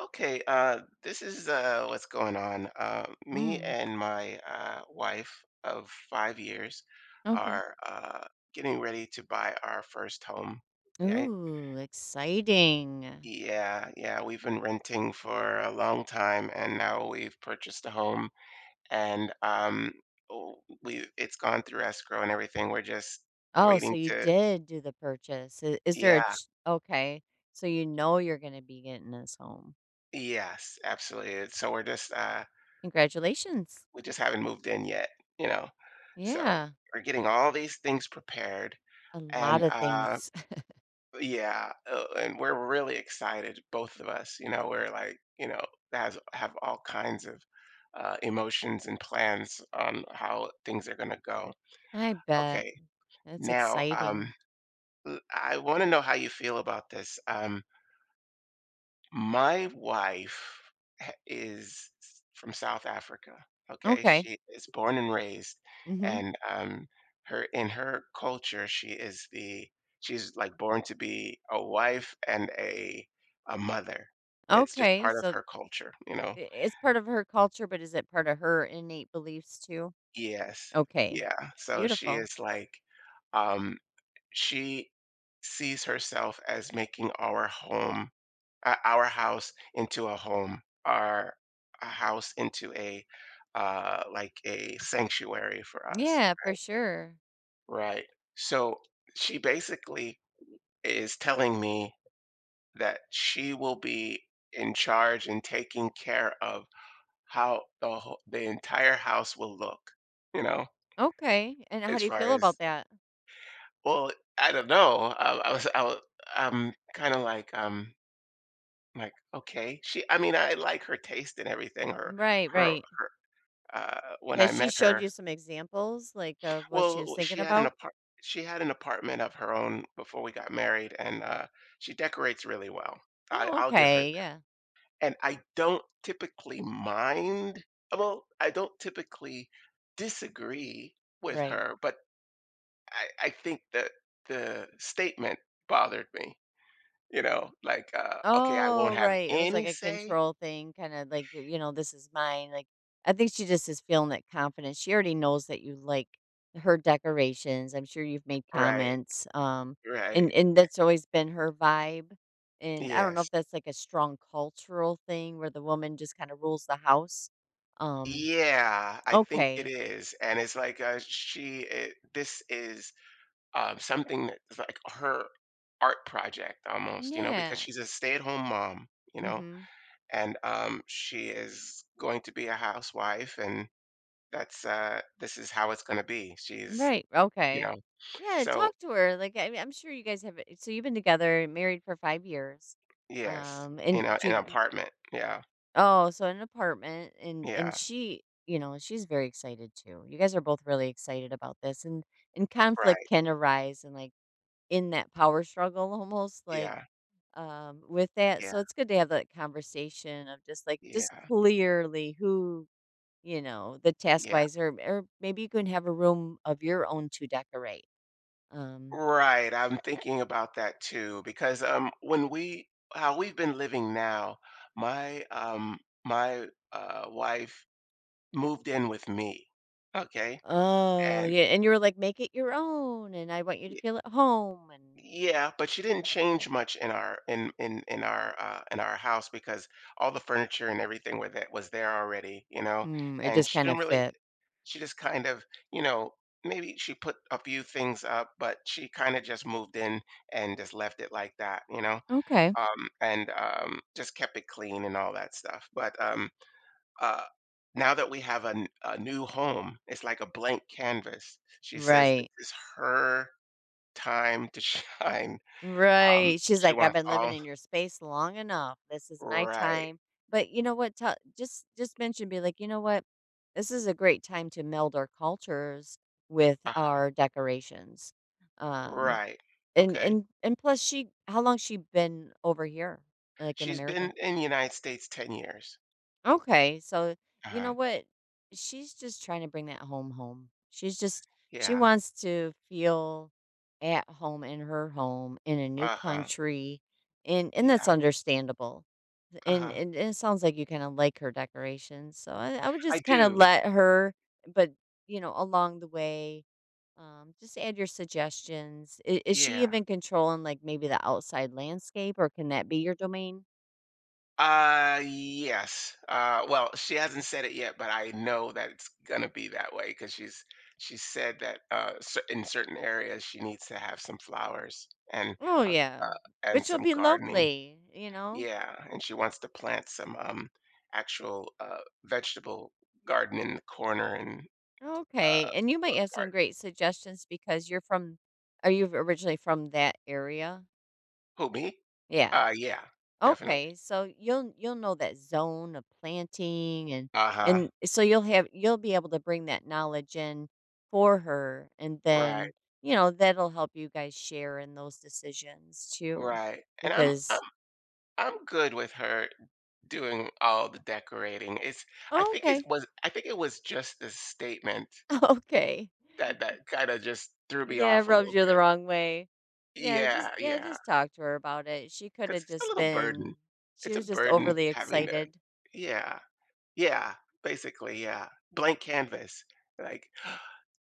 Okay, this is, what's going on. Me Mm, and my wife of 5 years okay. are getting ready to buy our first home. Yeah, Ooh, exciting. yeah, yeah. We've been renting for a long time, and now we've purchased a home, and oh, we it's gone through escrow and everything. We're just Oh, so waiting you to. did do the purchase. I- Is there a Yeah, ch- Okay? So you know you're going to be getting this home. yes, absolutely. So we're just Congratulations. We just haven't moved in yet, you know? So Yeah, we're getting all these things prepared a lot and of uh things. yeah, and we're really excited, both of us. You know, we're like, you know, has have all kinds of emotions and plans on how things are gonna go. I bet Okay, that's now, exciting. I want to know how you feel about this. My wife ha is from South Africa, okay? Okay. She is born and raised, Mhm. and, her in her culture, she is the she's, like, born to be a wife and a mother. It's just Okay, part of so her culture, you know? It's part of her culture, but is it part of her innate beliefs too? Yes. Okay. Yeah. So she Beautiful. is like, um she sees herself as making our home, our house into a home, our a house into a, like, a sanctuary for us, Yeah, for sure. right? So she basically is telling me that she will be in charge and taking care of how the entire house will look. You know, Okay. And how as do you far feel as about that? well, I don't know. I was I, wa- I'm kind of like, like, okay. She I mean, I like her taste and everything. Her Right, her right. When Has I she met showed her. you some examples, like, of what she Well, was thinking about? She had an apartment of her own before we got married, and she decorates really well. I, Oh, I'll give her. okay, yeah, And I don't typically mind. Well, I don't typically disagree with right. her, but I think that the statement bothered me. You know, like, okay, I won't Oh, have right, it was like any a say. control thing, kinda like, "This is mine." Like, I think she just is feeling that confidence. She already knows that you like her decorations. I'm sure you've made Right, comments. Right. And that's always been her vibe. And I Yeah. don't know if that's, like, a strong cultural thing where the woman just kinda rules the house. um, Yeah, I think it okay, is, and it's like, she I this is, something that's like her art project almost, you know, because yeah. she's a stay-at-home mom, you know, Mhm. and she is going to be a housewife, and this is how it's gonna be. She's Right. You Okay. know? Yeah, So talk to her. Like, I mean, I'm sure you guys have, so you've been together, married for 5 years. yes, Um you and know, an you you- apartment. Yeah, oh, so an apartment. And yeah, she, she's very excited too. You guys are both really excited about this, and conflict right. can arise, and like, in that power struggle, almost like, Yeah, with that. yeah, So it's good to have that conversation of just like, just yeah, clearly who, the task yeah. wise, or maybe you can have a room of your own to decorate. um, Right, I'm thinking about that too because, when we how we've been living now, my, um my wife moved in with me, okay? oh, And yeah, and you were like, "Make it your own, and I want you to Y feel at home," and yeah, but she didn't change much in our house because all the furniture and everything were that was there already, you know? It And just she kind didn't of really fit. she just kind of, you know, maybe she put a few things up, but she kinda just moved in and just left it like that, you know? Okay. And just kept it clean and all that stuff. But, uh, now that we have a new home, it's like a blank canvas. She says this Right. is her time to shine. Um, Right. She's she like, "I've wants been living all in your space long enough. This is my right, time." But you know what? Tell, just mention, be like, "You know what? This is a great time to meld our cultures with uh, our decorations." Um, right, and okay. and and plus, she how long she been over here, like, in She's been America? in the United States 10 years. Okay, so Uh you huh. know what? She's just trying to bring that home home. She Yeah. wants to feel at home in her home in a new Uh huh. country. And that's Yeah. understandable. Uh And huh. and, and it sounds like you kind of like her decorations. So I would I just kind of do. let her, but along the way, just add your suggestions. Is Yeah. she even controlling, like, maybe the outside landscape, or can that be your domain? Yes. Well, she hasn't said it yet, but I know that it's gonna be that way because she said that, in certain areas she needs to have some flowers, Oh uh, yeah, uh, and which will some be gardening. lovely, you know. Yeah, and she wants to plant some, actual, vegetable garden in the corner and uh Okay, and you might have some part. great suggestions because you're from. Are you originally from that area? Who me? Yeah. Yeah, definitely. Okay, so you'll know that zone of planting, and Uh-huh. and so you'll be able to bring that knowledge in for her, and Right, then that'll help you guys share in those decisions too, right. And I'm I'm because I'm good with her doing all the decorating. It's oh, okay. I think it was just the statement Okay. that kinda just threw me Yeah, off a rubbed little you the bit. wrong way. Yeah, Yeah, yeah. just talk to her about it. She could 'Cause have it's a just little burden. been It's she a was just burden overly having to. excited. Yeah, yeah, basically, yeah. Blank canvas. Like,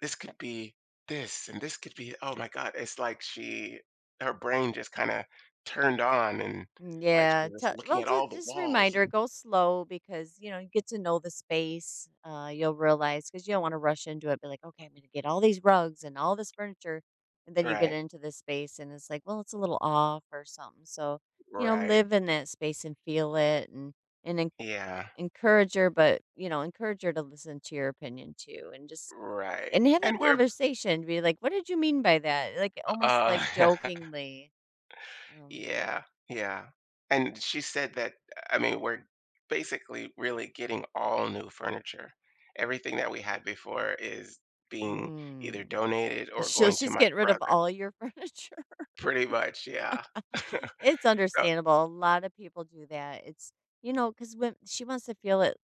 "This could be this, and this could be," oh my god, it's like she her brain just kinda turned on and, Mm. like, she Yeah. was looking Well, at all just the just walls. reminder, And go slow, because you get to know the space. You'll realize, because you don't want to rush into it. Be like, okay, I'm going to get all these rugs and all this furniture, and then you get right, into this space and it's like, well, it's a little off or something. So right. live in that space and feel it, and Yeah. encourage her, but encourage her to listen to your opinion too, and just Right, and have that and we're, conversation. Be like, what did you mean by that? Like, almost like uh, jokingly. Um, yeah, yeah, and she said that, I mean, we're basically really getting all new furniture. Everything that we had before is being mm. either donated or So going to she's my getting rid of brother. all your furniture. Pretty much, yeah. It's So understandable. A lot of people do that. It's, because when she wants to feel it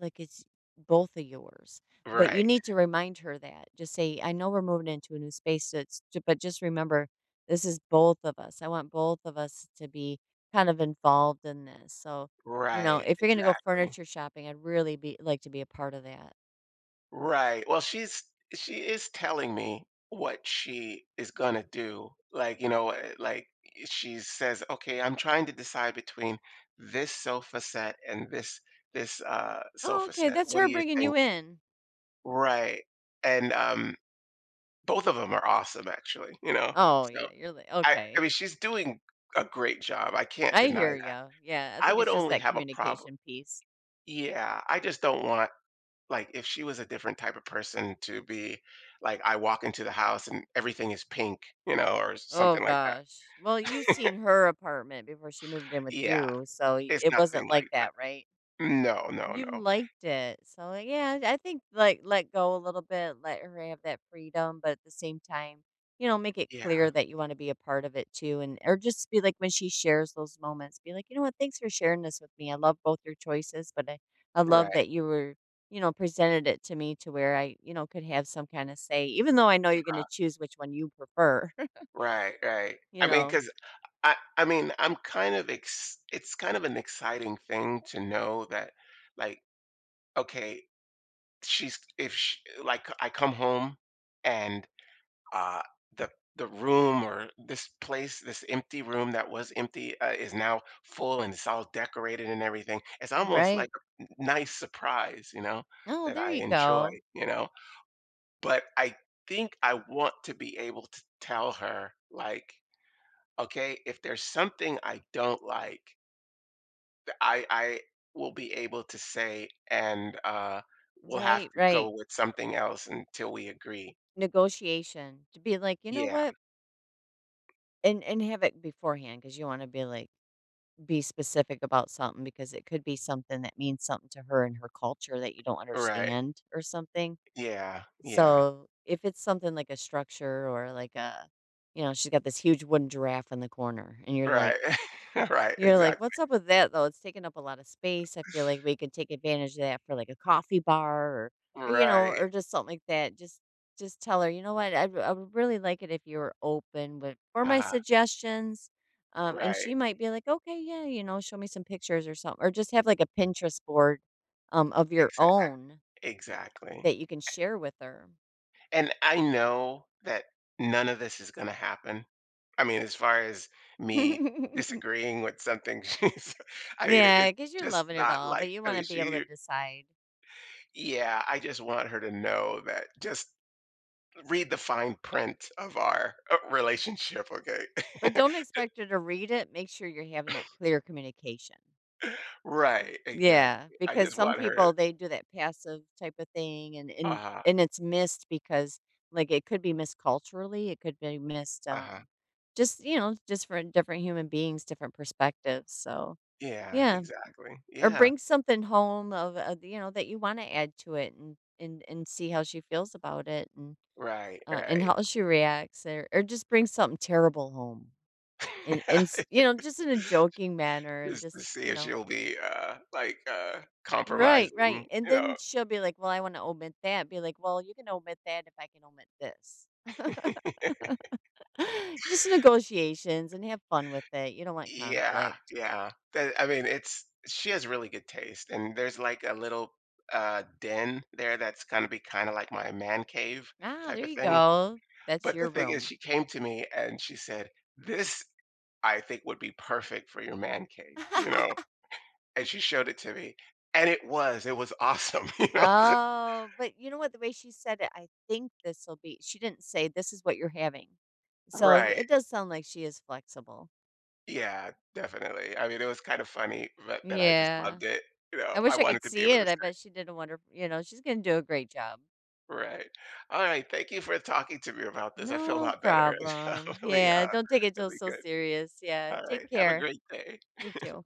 like it's both of yours, but you right, need to remind her that. Just say, I know we're moving into a new space, so but just remember, this is both of us. I want both of us to be kind of involved in this. So, right, if you're going to go exactly. furniture shopping, I'd really be like to be a part of that. Right. Well, she is telling me what she is gonna do. Like, you know, like, she says, "Okay, I'm trying to decide between this sofa set and this Oh, sofa okay. set. That's What her do you bringing think?" you in. Right. And both of them are awesome, actually, you know. Oh, So, yeah. You're like, I okay. mean, she's doing a great job. I can't I deny hear that. you. Yeah, I I think would it's just only that have a problem. communication piece. Yeah, I just don't want, like, if she was a different type of person to be, like, I walk into the house and everything is pink, you know, or Oh something like that. gosh. Well, you have seen her apartment before she moved in with Yeah, you, so it's it wasn't nothing like like that. that, right? No, no, You no. liked it. So, like, yeah, I think, like, let go a little bit, let her have that freedom, but at the same time, make it Yeah, clear that you want to be a part of it too. And or just be like, when she shares those moments, be like, you know what, thanks for sharing this with me. I love both your choices, but I love right, that you were, presented it to me to where I, could have some kind of say, even though I know you're gonna uh, choose which one you prefer, right, right. you I mean, know. because I mean, I'm kind of ex- it's kind of an exciting thing to know that, like, okay, she's if she, like, I come home, and uh, the the room or this place, this empty room that was empty, is now full and it's all decorated and everything. It's almost Right. like a nice surprise, you know, Oh, that there I you enjoy, go. you know. But I think I want to be able to tell her, like, okay, if there's something I don't like, I will be able to say, and we'll have Right, to go right. with something else until we agree. Negotiation. To be like, you know Yeah, what? And have it beforehand, because you wanna be, like, be specific about something, because it could be something that means something to her and her culture that you don't right. understand or something. Yeah, yeah. So, if it's something like a structure or like a, she's got this huge wooden giraffe in the corner, and you're Right. like Right, you're like, exactly. "What's up with that, though? It's taking up a lot of space. I feel like we could take advantage of that for, like, a coffee bar, or Right. or just something like that." Just tell her, "You know what? I would really like it if you were open with for my Uh-huh. suggestions." And Right. she might be like, "Okay, yeah," "Show me some pictures or something." Or just have, like, a Pinterest board, of your Exact own exactly. that you can share with her. And I know that none of this is gonna happen. I mean, as far as me disagreeing with something, she's I mean, it Yeah, it's because 'cause you're just loving it not, all, like, but you I mean, wanna be able to she decide. yeah, I just want her to know that, just read the fine print of our, relationship, okay? But don't expect her to read it, make sure you're having that clear communication. Right, exactly. Yeah, I because just some want her to. people, they do that passive type of thing, and and Uh-huh, and it's missed because, like, it could be missed culturally, it could be missed, uh-huh. Just for different human beings, different perspectives, so, Yeah, yeah. exactly. Or Yeah. bring something home of that you wanna add to it, and see how she feels about it, and, Right, uh, and right. how she reacts, or just bring something terrible home. And just in a joking manner, and Just to just, see you if know she'll be, like, Right, right, compromising, and you know? then she'll be like, "Well, I wanna omit that." Be like, "Well, you can omit that if I can omit this." Just negotiations, and have fun with it. You don't want Yeah, conflict. yeah. That I mean, it's she has really good taste, and there's, like, a little, den there that's gonna be kinda like my man cave Ah, type there of you thing, go. That's but the your thing is, room. she came to me and she said, "This, I think, would be perfect for your man cave," you know? And she showed it to me, and it was. It was awesome, you know? Oh, but you know what? The way she said it, I think, this'll be she didn't say, "This is what you're having." So, Right. it does sound like she is flexible. Yeah, definitely. I mean, it was kind of funny, but that I just Yeah. loved it. You know, I I wish I could wanted to be see able to it. say, I bet she did a wonderful, she's gonna do a great job. right. All right. Thank you for talking to me about this. I feel a No lot better. problem. It's really, Yeah, don't take it till really so good. serious. Yeah, All take right. Have a care. great day. You too.